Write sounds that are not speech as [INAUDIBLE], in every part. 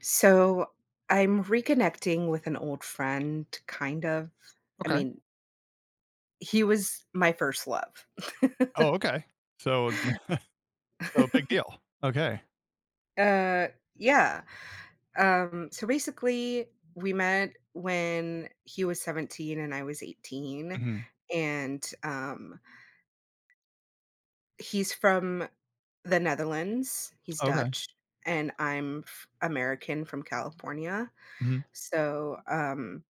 So I'm reconnecting with an old friend, kind of. I Okay. mean, he was my first love. Oh, okay. So so big [LAUGHS] deal. Okay. uh, yeah. So basically, we met when he was 17 and I was 18. Mhm. And He's from the Netherlands, he's Okay. Dutch, and I'm American from California. Mhm. So, um,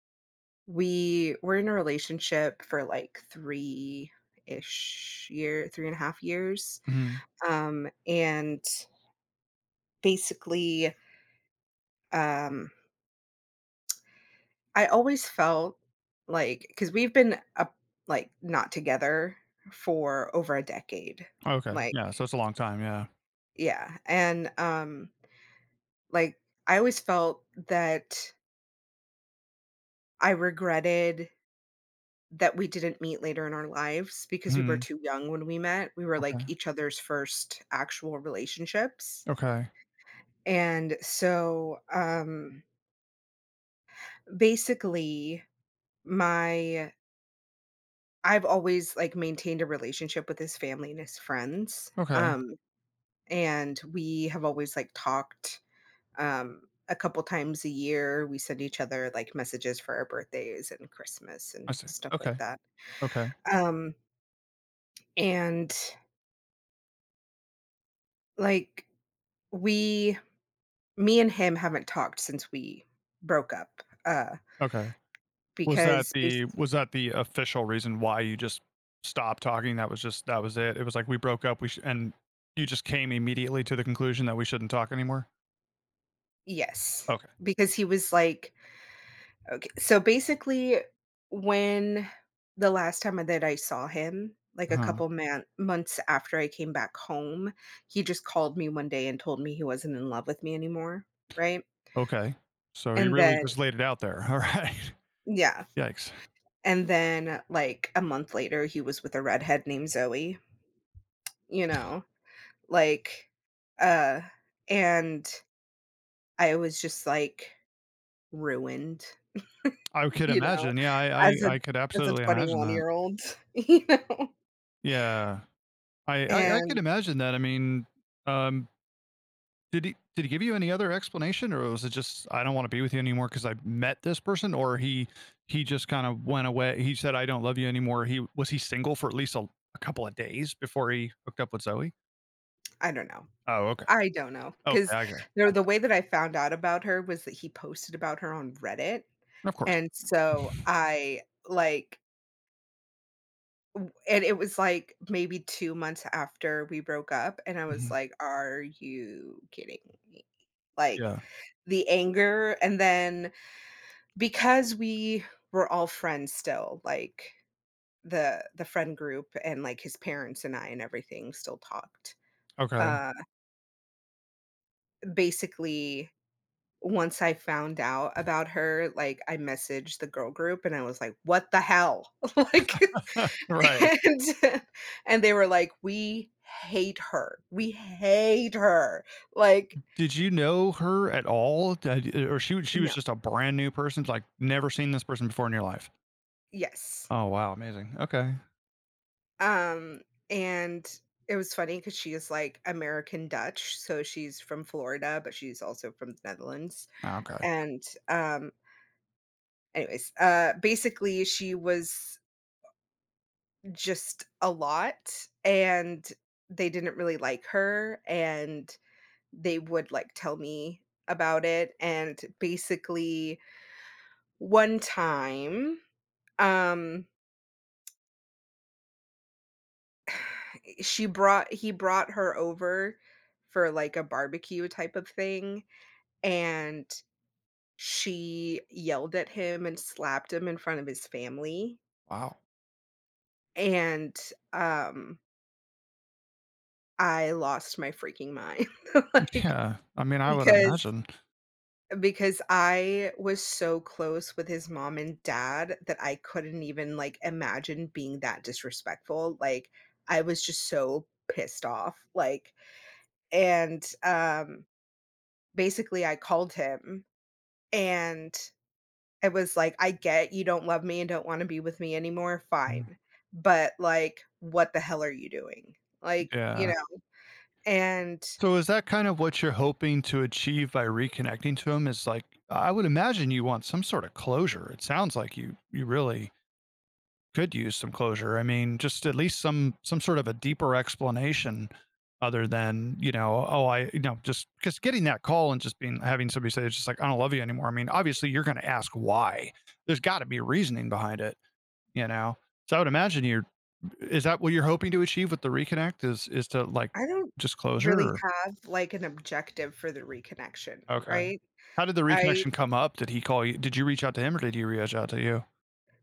We were in a relationship for like three and a half years. Mhm. Um, and basically, um, I always felt like because we've been up like not together for over a decade. Okay. Like, Yeah, so it's a long time, yeah. yeah. And like I always felt that I regretted that we didn't meet later in our lives because we were Mhm. too young when we met. We were, like, Okay. each other's first actual relationships, Okay. and so, basically, my I've always, like, maintained a relationship with his family and his friends, Okay. And we have always, like, talked, um, a couple times a year. We send each other, like, messages for our birthdays and Christmas I and see. stuff like Okay. that, Okay. um, and, like, we Me and him haven't talked since we broke up, Okay. Was that because bas the was that the official reason why you just stopped talking? That was it? It was like, "We broke up, we sh—" and you just came immediately to the conclusion that we shouldn't talk anymore? Yes, Okay. because he was like okay, so basically, when the last time that I saw him, like a Huh. couple man months after I came back home, he just called me one day and told me he wasn't in love with me anymore, right? Okay. So you And really just laid it out there. [LAUGHS] Alright. yeah, Yikes. Then, like, a month later, he was with a redhead named Zoe, you know, like, uh, and I was just, like, ruined, I could you know, imagine. Yeah, I I as a I could as a absolutely imagine that. 21-year-old, [LAUGHS] you know, Yeah. I could and imagine that. I mean, um, did he give you any other explanation, or was it just, "I don't wanna be with you anymore because I met this person," or he just kinda went away, he said, "I don't love you anymore." He was he single for at least a couple of days before he hooked up with Zoe? I don't know. Oh, okay. I don't know, Okay, because the I the got way that I found out about her was that he posted about her on Reddit, of course. and [LAUGHS] so I, like w and it was, like, maybe 2 months after we broke up, and I was Mhm. like, "Are you kidding me?" Like, Yeah. the anger, and then because we were all friends still, like the friend group and like his parents and I and everything still talked. Okay. Uh basically Once I found out about her, like I messaged the girl group and I was like, "What the hell?" [LAUGHS] [LAUGHS] Right. [LAUGHS] and and they were like, "We hate her. We hate her." Like Did you know her at all? Did or she was no. just a brand new person, like, never seen this person before in your life? Yes. Oh, wow, amazing. Okay. Um and it was funny cuz she is like American Dutch, so she's from Florida, but she's also from the Netherlands Ah, okay. and um Anyways, basically, she was just a lot, and they didn't really like her, and they would, like, tell me about it, and basically, one time, um, eh, she brought he brought her over for, like, a barbecue type of thing, and she yelled at him and slapped him in front of his family, Wow. and, um I lost my freaking mind, [LAUGHS] like, Yeah, I mean, I would because imagine. because I was so close with his mom and dad that I couldn't even, like, imagine being that disrespectful, like, I was just so pissed off, like and basically, I called him, and it was like, "I get you don't love me and don't wanna be with me anymore, Mm, fine, but, like, what the hell are you doing?" Like, yeah. And So is that kind of what you're hoping to achieve by reconnecting to him? Is like I would imagine you want some sort of closure. It sounds like you really could use some closure. I mean, just at least some sort of a deeper explanation other than, "Oh, I—" just because getting that call and just being, having somebody say it's just like, "I don't love you anymore." I mean, obviously, you're gonna ask why. There's gotta be reasoning behind it, you know? So I would imagine you're— is that what you're hoping to achieve with the reconnect— is to, like, I don't just closure really or have, like, an objective for the reconnection, okay. right? How did the I reconnection come up? Did he call you? Did you reach out to him, or did he reach out to you?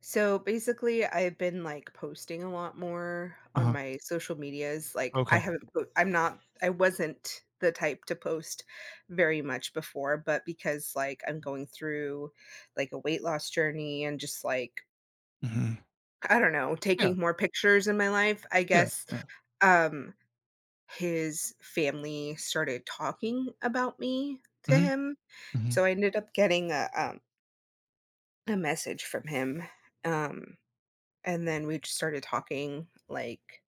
So, basically, I've been, like, posting a lot more on Uh-huh. my social medias, like, I Okay. haven't po I'm not, I wasn't the type to post very much before, but because, like, I'm going through, like, a weight loss journey and just, like, Mhm. I don't know, Yeah, taking more pictures in my life, I yeah, guess, yeah. um his family started talking about me to Mhm, him. mhm, So I ended up getting a message from him, um, and then we just started talking like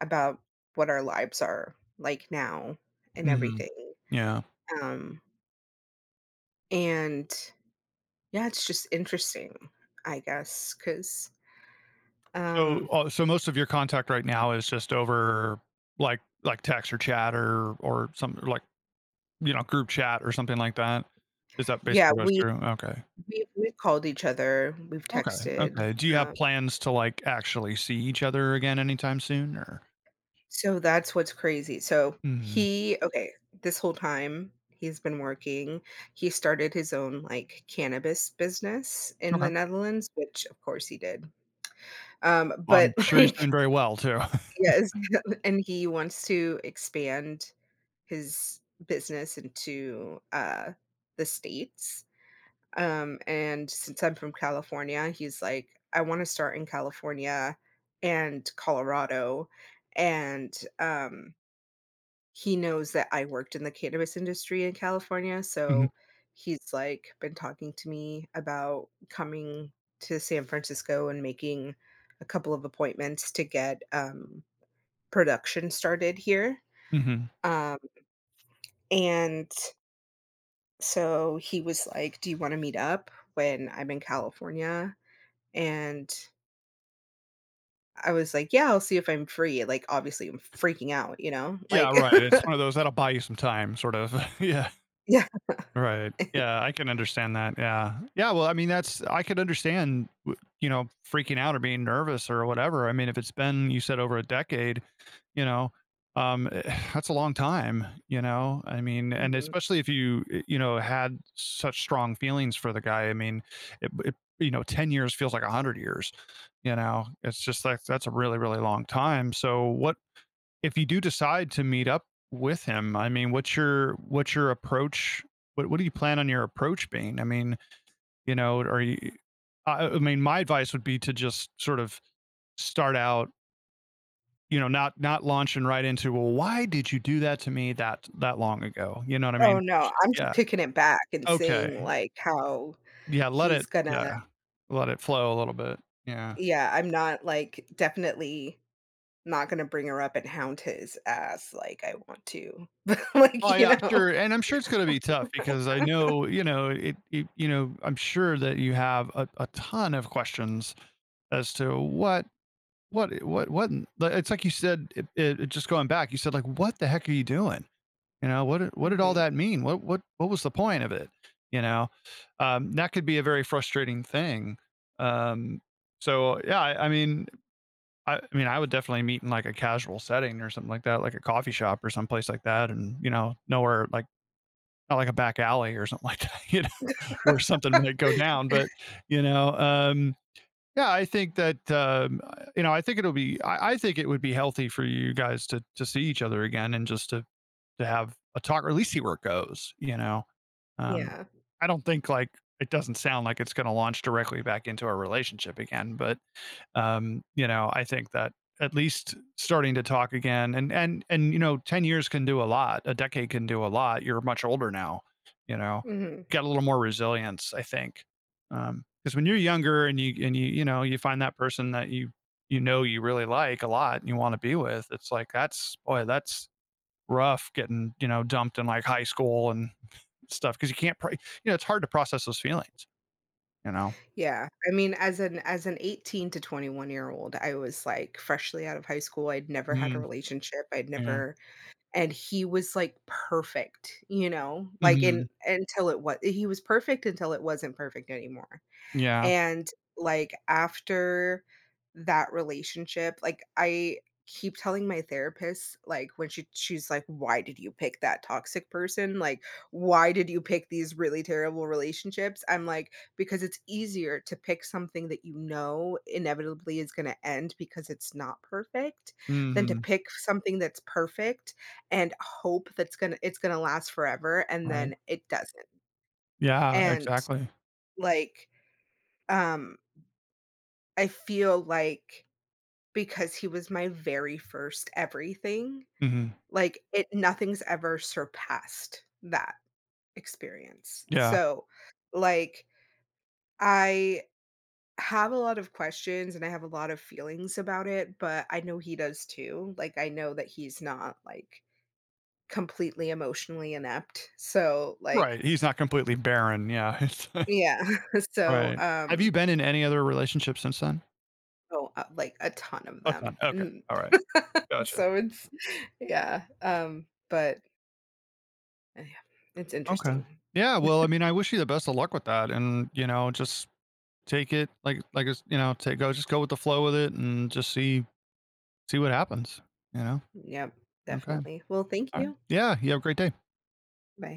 about what our lives are like now and mhm. everything. Yeah. Um, and yeah, it's just interesting, I guess, because So, um, uh, so most of your contact right now is just over, like, text or chat, or some like, group chat or something like that? Is that yeah, basically what it's through? Okay. We've called each other, we've Okay, texted. okay. Do you have plans to, like, actually see each other again anytime soon, or— So that's what's crazy. Mhm, This whole time he's been working, he started his own, like, cannabis business in the okay. Netherlands, which of course he did. Um, Well, but, I'm [LAUGHS] sure he's like doing very well too. [LAUGHS] yes, [LAUGHS] and he wants to expand his business into, the States. And Since I'm from California, he's like, "I wanna start in California and Colorado," and, um he knows that I worked in the cannabis industry in California, Mhm, so he's, like, been talking to me about coming to San Francisco and making a couple of appointments to get, production started here, mhm. um, and so he was like, "Do you wanna meet up when I'm in California?" And I was like, "Yeah, I'll see if I'm free." Like, obviously, I'm freaking out, you know? Yeah, Like right, it's one [LAUGHS] of those that'll buy you some time, sort of. [LAUGHS] Yeah. Yeah. Right. Yeah, [LAUGHS] I can understand that. Yeah. Yeah, well, I mean, that's I could understand, freaking out or being nervous or whatever. I mean, if it's been you said over a decade, you know, um [SIGHS] that's a long time, you know? I mean, and Mhm. especially if you, had such strong feelings for the guy. I mean, 10 years feels like 100 years. It's just like that's a really, really long time. So what if you do decide to meet up with him, I mean, what's your approach? What do you plan on your approach being? I mean, are you? I mean, my advice would be to just sort of start out, not launching right into, well, why did you do that to me that long ago? You know what I Oh, mean? no, I'm just Yeah. kicking it back and Okay. seeing, like, how Yeah. Let he's it. gonna Yeah. Let it flow a little bit. Yeah. yeah, I'm not, like, definitely not gonna bring her up and hound his ass like I want to. [LAUGHS] but Oh Like, you yeah, I'm sure, know? and I'm sure it's going to be tough because I know, I'm sure that you have a ton of questions as to what like, it's like you said just going back, you said, like, what the heck are you doing, you know, what did all Mhm. that mean, what was the point of it, you know that could be a very frustrating thing, um so yeah, I would definitely meet in like a casual setting or something like that, like a coffee shop or someplace like that, and nowhere like— not like a back alley or something like that, [LAUGHS] you know where something might go down, but you know um yeah, I think I think it'll be. I think it would be healthy for you guys to see each other again and just to have a talk, or at least see where it goes. Um, Yeah. I don't think like— it doesn't sound like it's going to launch directly back into a relationship again, but I think that at least starting to talk again and 10 years can do a lot. A decade can do a lot. You're much older now, you know. Mhm. Got a little more resilience, I think. Because when you're younger and you you find that person that you know you really like a lot, and you wanna be with, it's like that's— boy, that's rough getting, dumped in like high school and stuff, because you can't it's hard to process those feelings, you know? Yeah. I mean, as an 18 to 21-year-old, I was, like, freshly out of high school, I'd never had a Mm, relationship, I'd yeah. never and he was, like, perfect, you know? Like, and Mhm. until it was, he was perfect until it wasn't perfect anymore. Yeah. And, After that relationship, like, I keep telling my therapist, like, when she's like, "Why did you pick that toxic person? Like, why did you pick these really terrible relationships?" I'm like, "Because it's easier to pick something that you know inevitably is gonna end because it's not perfect, than to Mhm. pick something that's perfect and hope that's gonna it's gonna last forever, and Right. then it doesn't." Yeah, And, exactly. like, um I feel like because he was my very first everything, Mhm. like, it nothing's ever surpassed that experience. Yeah. So, like, I have a lot of questions and I have a lot of feelings about it, but I know he does too. Like, I know that he's not, like, completely emotionally inept. So, like Right, he's not completely barren, yeah, [LAUGHS] it's yeah. [LAUGHS] So, right. Have you um been in any other relationships since then? oh, like, a ton of A ton, them. okay, And alright, [LAUGHS] gotcha. so it's yeah, yeah, it's Okay. interesting. Yeah, well, I mean, I wish you the best of luck with that, and, just take it like take go just go with the flow with it, and just see what happens, you know? Yep, Okay, definitely. Well, thank alright. you. Yeah, you have a great day. Bye.